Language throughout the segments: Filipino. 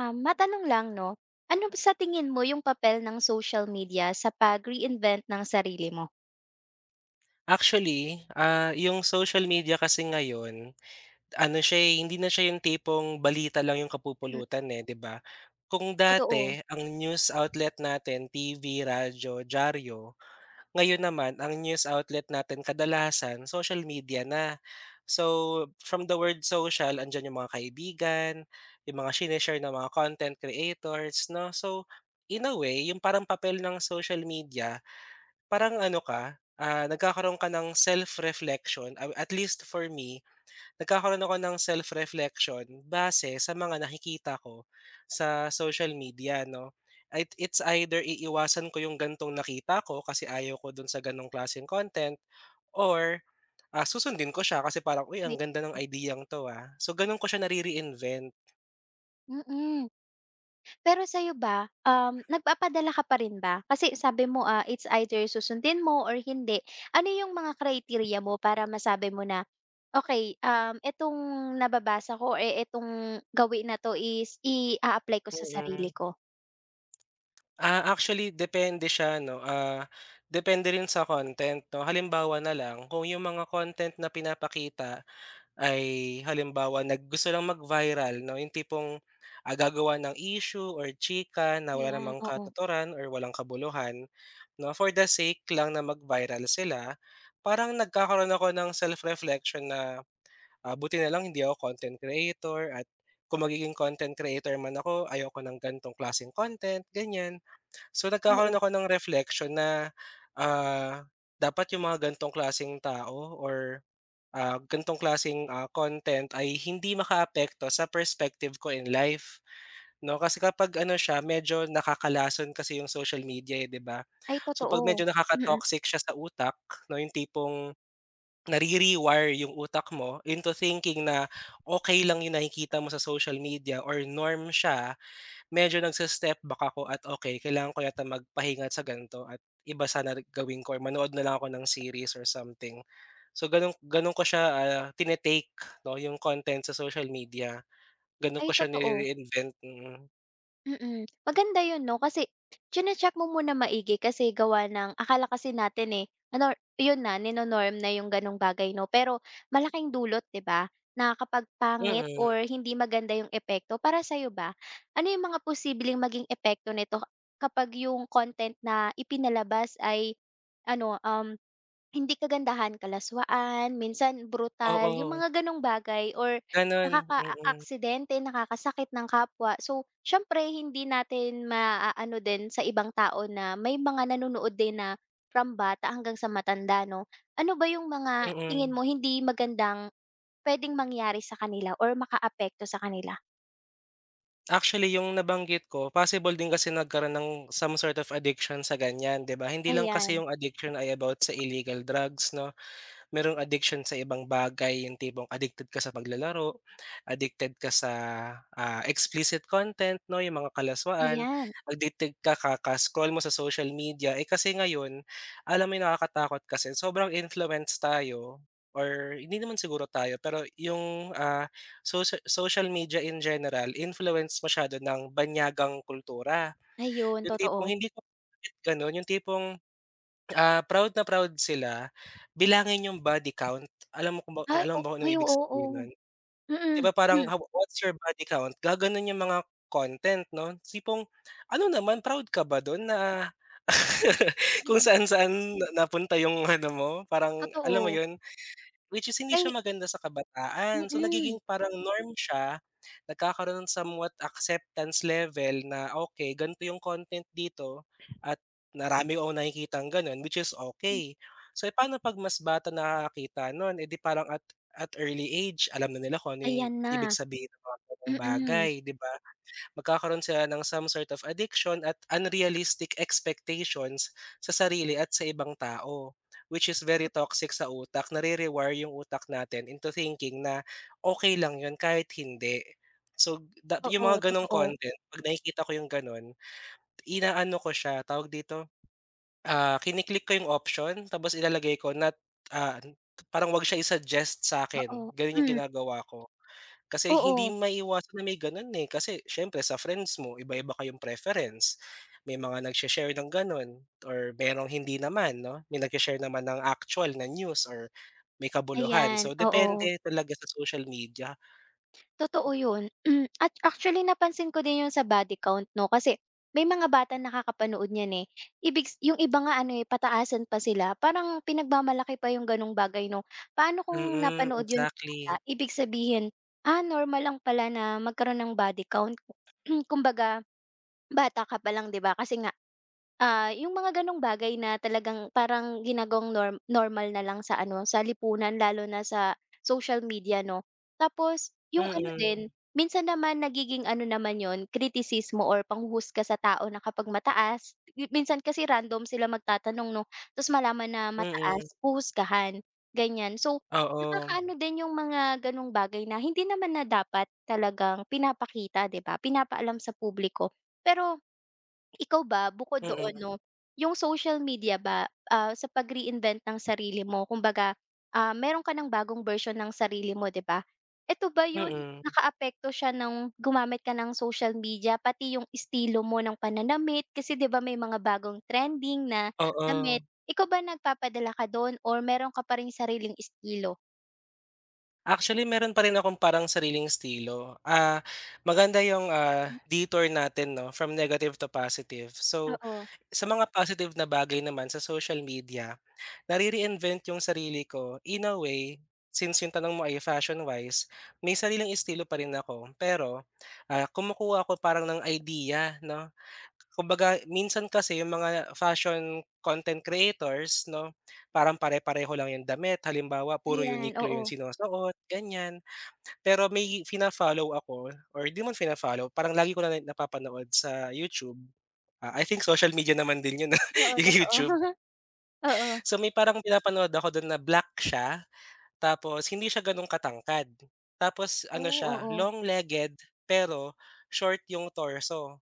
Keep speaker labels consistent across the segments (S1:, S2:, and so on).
S1: Matanong lang 'no, ano ba sa tingin mo yung papel ng social media sa pag-reinvent ng sarili mo?
S2: Actually, yung social media kasi ngayon, ano siya, eh, hindi na siya yung tipong balita lang yung
S1: Hmm,
S2: kapupulutan, eh, 'di ba? Kung
S1: totoo.
S2: dati ang news outlet natin TV, radyo, dyaryo, ngayon naman ang news outlet natin kadalasan social media na. So, from the word social, andiyan yung mga kaibigan, yung mga shine-share ng mga content creators, 'no? So, in a way, yung parang papel ng social media. Parang ano ka, nagkakaroon ka ng self-reflection, at least for me, nagkakaroon ako ng self-reflection base sa mga nakikita ko sa social media 'no. It's either iiwasan ko yung gantong nakita ko kasi ayaw ko dun sa ganong klaseng content or, susundin ko siya kasi parang, "Uy, ang
S1: Ni
S2: ganda ng idea 'to, ah." So ganun ko siya nare-reinvent,
S1: mm. Pero sa'yo ba, nagpapadala ka pa rin ba? Kasi sabi mo, ah, it's either susundin mo or hindi. Ano yung mga criteria mo para masabi mo na, okay itong nababasa ko or itong gawin na 'to is i apply ko sa
S2: mm.
S1: sarili
S2: Mm.
S1: ko."
S2: Actually depende siya 'no, depende rin sa content 'no. Halimbawa na lang kung yung mga content na pinapakita ay halimbawa gusto lang mag-viral 'no, yung tipong, gagawa ng issue or chika na wala
S1: Ayan,
S2: namang
S1: oo.
S2: katuturan or walang kabuluhan 'no, for the sake lang na mag-viral sila. Parang nagkakaroon ako ng self-reflection na, buti na lang hindi ako content creator at kung magiging content creator man ako ayoko ng ganitong klaseng content, ganyan. So nagkakaroon
S1: Oo.
S2: ako ng reflection na, ah, dapat yung mga gantong klasing tao or, ganitong klaseng, content ay hindi makaapekto sa perspective ko in life 'no. Kasi kapag ano siya medyo nakakalason kasi yung social media, eh, 'di ba?
S1: Ay
S2: So 'pag
S1: totoo.
S2: medyo
S1: Mm.
S2: nakaka-toxic siya sa utak 'no, yung tipong nare-rewire yung utak mo into thinking na okay lang yung nakikita mo sa social media or norm siya. Medyo nagse-step back ako at okay kailangan ko yata magpahinga sa ganito at iba sana rin gawin ko or manood na lang ako ng series or something. So ganun ganun ko siya, tine-take 'no, yung content sa social media, ganun ko
S1: Ay
S2: siya
S1: totoo.
S2: nire-reinvent, mm.
S1: Mm, maganda 'yun 'no, kasi chine-check mo muna maigi kasi gawa ng akala kasi natin, eh, ano 'yun na nino-norm na 'yung gano'ng bagay 'no, pero malaking dulot 'di ba, na kapag pangit
S2: Mm,
S1: or hindi maganda 'yung epekto para sa'yo ba, ano 'yung mga posibleng maging epekto nito kapag 'yung content na ipinalabas ay ano, hindi kagandahan, kalaswaan, minsan brutal, 'yung
S2: oo,
S1: mga gano'ng bagay or
S2: ganun, mm,
S1: nakakaaksidente, nakakasakit ng kapwa. So, siyempre hindi natin maaano din sa ibang tao na may mga nanonood din na from bata hanggang sa matanda 'no. Ano ba yung mga
S2: mm.
S1: tingin mo hindi magandang puwedeng mangyari sa kanila or makaapekto sa kanila?
S2: Actually yung nabanggit ko possible din kasi nagkaroon ng some sort of addiction sa ganyan, 'di ba? Hindi lang kasi
S1: Ayan,
S2: yung addiction ay about sa illegal drugs 'no. Merong addiction sa ibang bagay, yung tipong addicted ka sa paglalaro, addicted ka sa, explicit content 'no, yung mga kalaswaan,
S1: ayan,
S2: addicted ka kaka-scroll mo sa social media. Eh, kasi ngayon, alam mo yung nakakatakot kasi sobrang influence tayo or hindi naman siguro tayo, pero yung, social media in general, influence masyado ng banyagang kultura.
S1: ayun
S2: Yung
S1: totoo.
S2: tipong hindi ko gano'n, yung tipong proud na proud sila, bilangin yung body count. Alam mo kung ba
S1: Ay, o
S2: alam mo ba kung anong
S1: ay
S2: ibig
S1: oo,
S2: sabihin
S1: oo.
S2: nun? 'Di
S1: Mm,
S2: ba parang how what's your body count, gaganon yung mga content 'no, sipong ano naman proud ka ba dun na kung
S1: mm,
S2: saan-saan na napunta yung ano mo, parang alam mo
S1: totoo.
S2: yun? Which is hindi
S1: Ay
S2: siya maganda sa kabataan. So
S1: mm,
S2: nagiging parang norm siya, nagkakaroon ng somewhat acceptance level na okay, ganito yung content dito at marami akong nakikitang gano'n which is okay. So, eh, paano 'pag mas bata nakakakita nun, eh, di parang at early age alam na nila kung ano yung
S1: ayan
S2: ibig
S1: na.
S2: sabihin ng mga ganong
S1: Mm,
S2: bagay, 'di ba? Magkakaroon sila ng some sort of addiction at unrealistic expectations sa sarili at sa ibang tao, which is very toxic sa utak. Nare-rewire yung utak natin into thinking na okay lang yun kahit hindi. So, yung
S1: totoo,
S2: mga ganong
S1: totoo.
S2: content 'pag nakikita ko yung ganon, inaano ko siya, tawag dito, kiniklik ko yung option tapos ilalagay ko na ah, parang 'wag siya i-suggest sa akin
S1: Oo,
S2: ganun yung
S1: hmm,
S2: ginagawa ko. Kasi hindi
S1: oo.
S2: maiiwasan na may gano'n, eh, kasi siyempre sa friends mo iba-iba kayong preference. May mga nagshe-share ng gano'n or merong hindi naman 'no, may nagshe-share naman ng actual na news or may kabuluhan.
S1: Ayan,
S2: So,
S1: oo.
S2: depende talaga sa social media.
S1: Totoo yun. At actually napansin ko din yun sa body count 'no, kasi may mga batang nakakapanood niyan, eh. Ibig s Yung iba nga ano, eh, pataasan pa sila. Parang pinagmamalaki pa yung gano'ng bagay 'no. Paano
S2: Mm,
S1: kung
S2: mm
S1: napanood yun ng bata,
S2: exactly.
S1: ibig sabihin, ah, normal lang pala na magkaroon ng body count. Kumbaga, bata ka pa lang 'di ba? Kasi nga, ah, yung mga gano'ng bagay na talagang parang ginagawang normal na lang sa ano, sa lipunan lalo na sa social media 'no. Tapos yung ano
S2: Mm,
S1: din, minsan naman nagiging ano naman yon kritisismo or panghuhusga sa tao na kapag mataas, minsan kasi random sila magtatanong 'no, ta's malaman na
S2: mm,
S1: mataas, huhusgahan, ganyan. So,
S2: oo.
S1: nakakaano din yung mga gano'ng bagay na hindi naman na dapat talagang pinapakita, 'di ba, pinapaalam sa publiko. Pero ikaw ba, bukod
S2: Mm,
S1: doon 'no, yung social media ba, ah, sa pag-reinvent ng sarili mo kumbaga, ah, meron ka ng bagong version ng sarili mo, 'di ba? Eto ba yun,
S2: mm,
S1: nakaapekto siya ng gumamit ka ng social media pati yung estilo mo ng pananamit kasi 'di ba may mga bagong trending na
S2: oo.
S1: damit. Ikaw ba nagpapadala ka dun or meron ka pa ring sariling estilo?
S2: Actually, meron pa rin akong parang sariling estilo. Maganda yung,
S1: Hmm,
S2: detour natin 'no, from negative to positive. So,
S1: oo.
S2: sa mga positive na bagay naman sa social media, nare-reinvent yung sarili ko in a way, since yung tanong mo ay fashion-wise, may sariling estilo pa rin ako. Pero, kumukuha ako parang ng idea 'no. Kumbaga minsan kasi yung mga fashion content creators 'no, parang pare-pareho lang yung damit. Halimbawa puro
S1: Ayan,
S2: Uniqlo
S1: oo.
S2: yung sinusuot, ganyan. Pero may fina-follow ako or 'di man fina-follow, parang lagi ko na napapanood sa YouTube. I think social media naman din yun,
S1: Oo,
S2: yung
S1: totoo.
S2: YouTube.
S1: Oo.
S2: So, may parang pinapanood ako dun na black siya, tapos hindi siya ganun katangkad. Tapos ano
S1: Oh,
S2: siya,
S1: oo.
S2: long-legged pero short yung torso.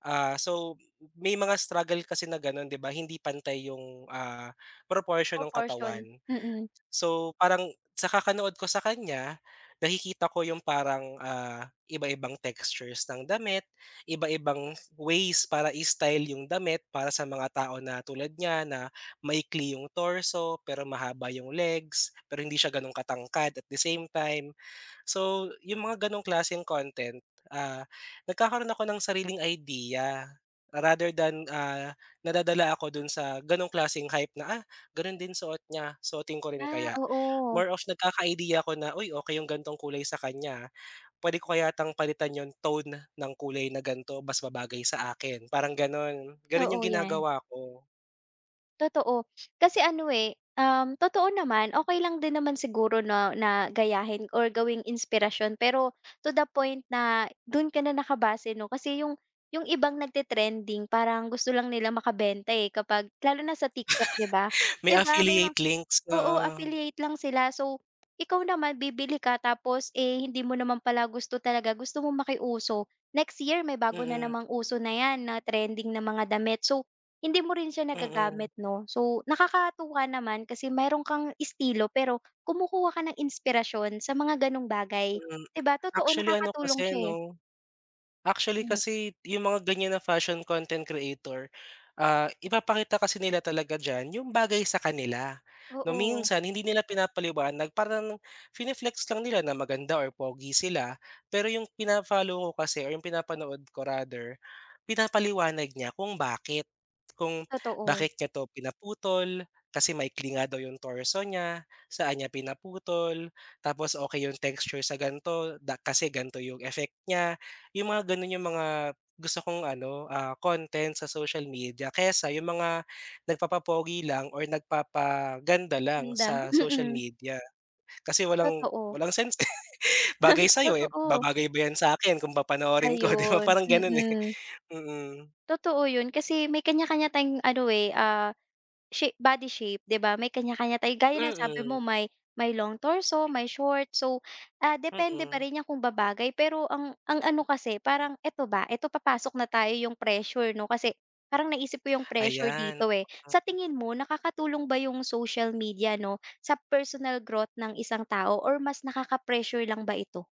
S2: So may mga struggle kasi na ganun, 'di ba, hindi pantay yung, proportion
S1: Oh,
S2: ng katawan.
S1: portion. Mm.
S2: So, parang sa kakanood ko sa kanya, nakikita ko yung parang, iba-ibang textures ng damit, iba-ibang ways para i-style yung damit para sa mga tao na tulad niya na maikli yung torso, pero mahaba yung legs, pero hindi siya gano'n katangkad at the same time. So, yung mga gano'ng klaseng content, ah, nagkakaroon ako ng sariling idea rather than, nadadala ako dun sa gano'ng klaseng hype na, "Gano'n din suot niya, suotin ko rin
S1: Ah,
S2: kaya.
S1: oo.
S2: More of nagkaka-idea ako na, "Uy, okey yung gantong kulay sa kanya, pwede ko kaya 'tong palitan yung tone ng kulay na ganito, mas babagay sa akin." Parang gano'n, gano'n yung
S1: Oo, 'yan.
S2: ginagawa ko.
S1: Totoo. Kasi ano, eh, totoo naman, okay lang din naman siguro na na gayahin or gawing inspirasyon pero to the point na dun ka na nakabase 'no, kasi yung ibang nagte-trending parang gusto lang nila makabenta, eh, kapag lalo na sa TikTok 'di ba?
S2: May
S1: 'Di ba may mga
S2: affiliate links,
S1: oo,
S2: oo.
S1: affiliate lang sila. So, ikaw naman bibili ka tapos, eh, hindi mo naman pala gusto talaga, gusto mo makiuso. Next year may bago na
S2: Mm,
S1: namang uso na 'yan na trending na mga damit. So hindi mo rin siya
S2: mm, mm.
S1: nagagamit 'no? So, nakakatuwa naman kasi mayro'n kang estilo pero kumukuha ka ng inspirasyon sa mga gano'ng bagay,
S2: Mm.
S1: 'di ba? Totoo
S2: Actually ano kasi
S1: nakakatulong siya, eh.
S2: 'no Actually
S1: Hmm,
S2: kasi yung mga ganyan na fashion content creator, ipapakita kasi nila talaga diyan yung bagay sa kanila. 'No,
S1: oo,
S2: minsan hindi nila pinapaliwanag parang fine-flex lang nila na maganda or pogi sila. Pero yung fina ko kasi or yung pinapanood ko rather, pinapaliwanag niya kung bakit. Kung
S1: totoo.
S2: bakit niya 'to pinaputol, kasi maikli nga daw yung torso niya, saan niya pinaputol, tapos okay yung texture sa ganto, kasi ganito yung effect niya. Yung mga gano'n yung mga gusto kong ano, content sa social media kaysa yung mga nagpapapogi lang or nagpapaganda lang
S1: Ganda,
S2: sa social
S1: mm,
S2: media. Kasi walang
S1: totoo.
S2: walang sense, eh. Bagay sa'yo, eh,
S1: Totoo,
S2: babagay ba 'yan sa akin kung papanoorin ko, 'di ba,
S1: ayun,
S2: parang gano'n, eh.
S1: mm.
S2: Mm.
S1: Totoo 'yun kasi may kanya-kanya tayong ano, eh, ah body shape, 'di ba? May kanya-kanya tayo gaya ng sabi mo
S2: Mm,
S1: may may long torso, may short. So, ah, depende pa
S2: mm.
S1: rin 'yan kung babagay. Pero ang ano kasi parang eto ba, eto papasok na tayo yung pressure 'no, kasi parang naisip ko yung pressure
S2: Ayan.
S1: dito, eh. Sa tingin mo nakakatulong ba yung social media 'no, sa personal growth ng isang tao or mas nakaka-pressure lang ba ito?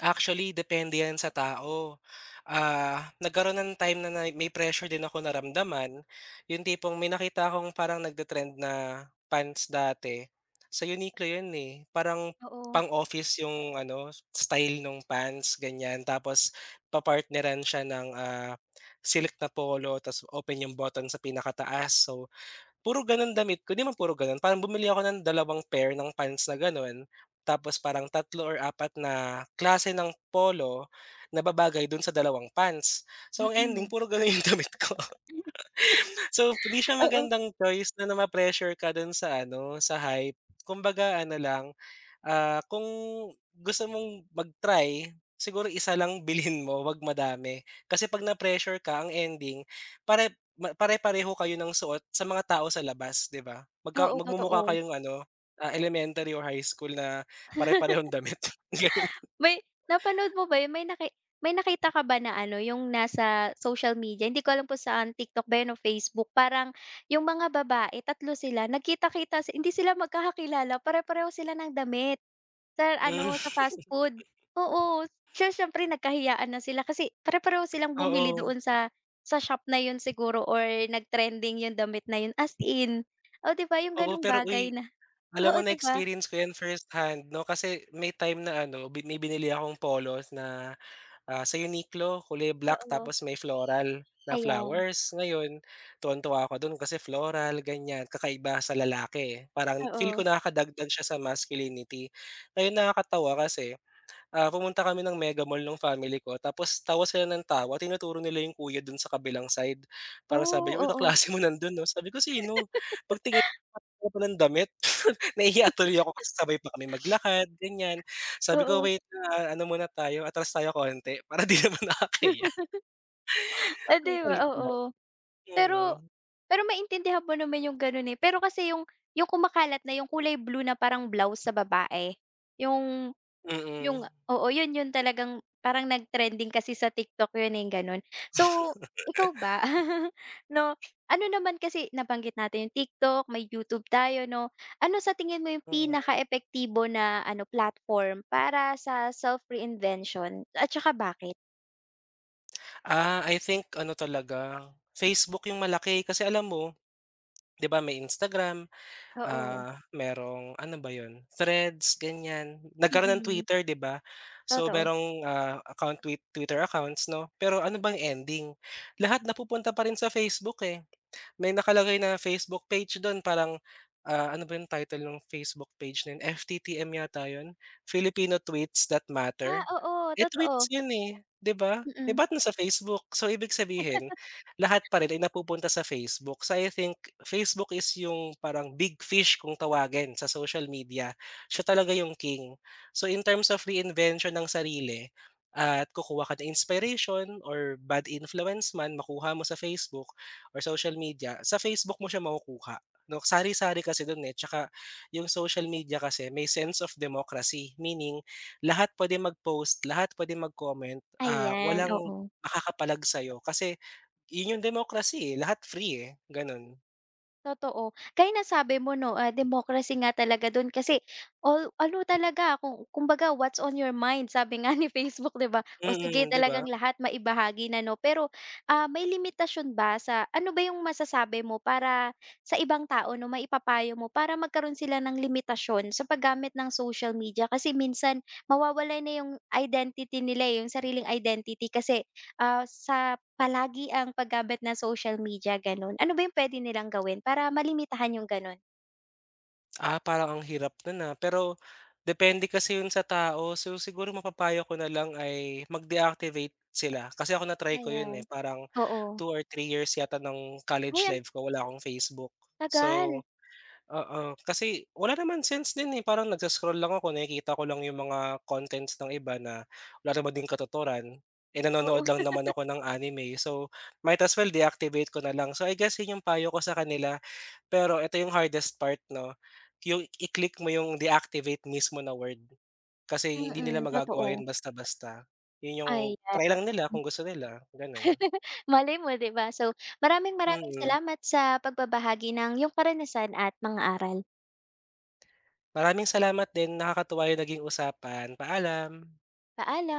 S2: Actually, depende yan sa tao. Nagkaroon ng time na na may pressure din ako naramdaman, yung tipong may nakita akong parang nagte-trend na pants dati, sa Uniqlo yun, eh. Parang
S1: Oo,
S2: pang-office yung ano, style nung pants, ganyan. Tapos papartneran siya ng, silk na polo, tas open yung button sa pinakataas. So, puro gano'n damit ko, 'di man puro gano'n, parang bumili ako ng dalawang pair ng pants na gano'n, tapos parang tatlo or apat na klase ng polo na babagay dun sa dalawang pants. So, ang ending
S1: mm.
S2: puro gano'n yung damit ko. So, hindi siya
S1: Oo,
S2: magandang choice na na pressure ka do'n sa ano, sa hype. Kumbaga ano lang, kung gusto mong mag-try, siguro isa lang bilhin mo, 'wag madami. Kasi 'pag na-pressure ka, ang ending pare-pareho kayo ng suot sa mga tao sa labas, 'di ba? Magka
S1: Oo,
S2: magmumukha
S1: totoo.
S2: kayong ano, elementary or high school na pare-parehong damit, gano'n.
S1: May napanood mo ba yun? May nakita ka ba na ano, yung nasa social media, hindi ko alam kung saan, TikTok ba yun o Facebook, parang yung mga babae, tatlo sila, nagkita-kita hindi sila magkakakilala, pare-pareho sila ng damit sa
S2: Hmm,
S1: ano, sa fast food. Oo, siyempre nagkahiyaan na sila kasi pare-pareho silang bumili
S2: oo.
S1: doon sa shop na yun siguro or nag-trending yung damit na yun, as in. Oh, 'di ba yung
S2: Oo,
S1: ganong
S2: pero uy,
S1: bagay na
S2: alam
S1: oo,
S2: mo
S1: 'di ba?
S2: na-experience ko 'yan first hand, 'no, kasi may time na ano, may binili akong polos na sa Uniqlo, kulay black
S1: Oo,
S2: tapos may floral na
S1: ayan.
S2: flowers. Ngayon, tuwang-tuwa ako dun kasi floral, ganyan, kakaiba sa lalaki, eh. Parang feel
S1: Oo.
S2: ko nakakadagdag siya sa masculinity. Ngayon nakakatawa kasi, pumunta kami ng mega mall nung family ko tapos tawa sila ng tawa, tinuturo nila yung kuya dun sa kabilang side. Parang sabi
S1: Oh,
S2: niya, "Uy,
S1: oo,
S2: kaklase mo nandun 'no?" Sabi ko, "Sino?" Pagtingin ko palang damit. Nahihiya tuloy ako kasi sabay pa kami maglakad, ganyan. Sabi ko,
S1: oo.
S2: "Wait, ano muna tayo, atras tayo konti para 'di naman nakakahiya."
S1: Ah,
S2: Ang
S1: 'di ba,
S2: kulit lang.
S1: oo. Pero
S2: Mm,
S1: pero maintindihan mo naman yung gano'n, eh. Pero kasi yung kumakalat na yung kulay blue na parang blouse sa babae, yung
S2: mm,
S1: yung oo, yun yun talagang parang nag-trending kasi sa TikTok yun, eh, gano'n. So, ikaw ba, 'no, ano naman kasi nabanggit natin yung TikTok, may YouTube tayo, 'no. Ano sa tingin mo yung
S2: mm.
S1: pinaka epektibo na ano, platform para sa self-reinvention at tsaka bakit?
S2: I think ano talaga, Facebook yung malaki kasi alam mo, 'di ba may Instagram,
S1: Oo,
S2: merong ano ba 'yun, Threads, ganyan. Nagkaroon ng
S1: mm,
S2: Twitter, 'di ba? So
S1: totoo.
S2: merong, account twi Twitter accounts 'no, pero ano bang ending, lahat napupunta pa rin sa Facebook, eh. May nakalagay na Facebook page dun parang, ano ba yung title ng Facebook page na yun, FTTM yata yun, Filipino Tweets That
S1: Ah,
S2: Matter.
S1: oo,
S2: Eh,
S1: totoo.
S2: tweets yun, eh, 'di ba? Eh,
S1: Mm.
S2: ba't nasa Facebook? So, ibig sabihin lahat pa rin ay napupunta sa Facebook. So, I think Facebook is yung parang big fish kung tawagin sa social media. Siya talaga yung king. So, in terms of reinvention ng sarili at kukuha ka ng inspiration or bad influence man makuha mo sa Facebook, or social media, sa Facebook mo siya makukuha, 'no? Sari-sari kasi do'n, eh, tsaka yung social media kasi may sense of democracy, meaning lahat puwedeng mag-post, lahat puwedeng mag-comment,
S1: Ayan,
S2: walang
S1: oo,
S2: makakapalag sa'yo kasi 'yun yung democracy, eh, lahat free, eh, gano'n.
S1: totoo. Kaya ng sabi mo 'no, ah, democracy nga talaga dun kasi all ano talaga kung kumbaga what's on your mind sabi nga ni Facebook 'di ba? O sige
S2: Mm, 'di ba?
S1: talagang lahat maibahagi na 'no, pero, ah, may limitasyon ba sa ano ba yung masasabi mo para sa ibang tao 'no, maipapayo mo para magkaroon sila ng limitasyon sa paggamit ng social media? Kasi minsan mawawala na yung identity nila, eh, yung sariling identity kasi, ah, sa Palagi ang paggamit ng social media gano'n. Ano ba yung puwede nilang gawin para malimitahan yung gano'n?
S2: Parang ang hirap nun, pero depende kasi yun sa tao. So, siguro mapapayo ko na lang ay mag-deactivate sila. Kasi ako na-try ko yun,
S1: Ayan.
S2: eh, parang
S1: Oo.
S2: 2 or 3 years yata ng college
S1: Uy, ang
S2: life ko wala akong Facebook.
S1: tagal.
S2: So oo, kasi wala naman sense din, eh, parang lang ako nakikita ko lang yung mga contents ng iba na wala naman din katuturan, eh, nanonood
S1: Oo,
S2: lang naman ako ng anime. So, might as well deactivate ko na lang. So, I guess yun yung payo ko sa kanila. Pero ito yung hardest part 'no, yung i-click mo yung deactivate mismo na word, kasi hindi nila
S1: mm,
S2: magagawa
S1: totoo.
S2: yun basta-basta. Yun yung
S1: Ayan.
S2: try lang nila kung gusto nila, ganun.
S1: Malay mo 'di ba? So, maraming maraming
S2: Mm.
S1: salamat sa pagbabahagi ng iyong karanasan at mga aral.
S2: Maraming salamat din, nakakatuwa yung naging usapan. Paalam.
S1: Paalam.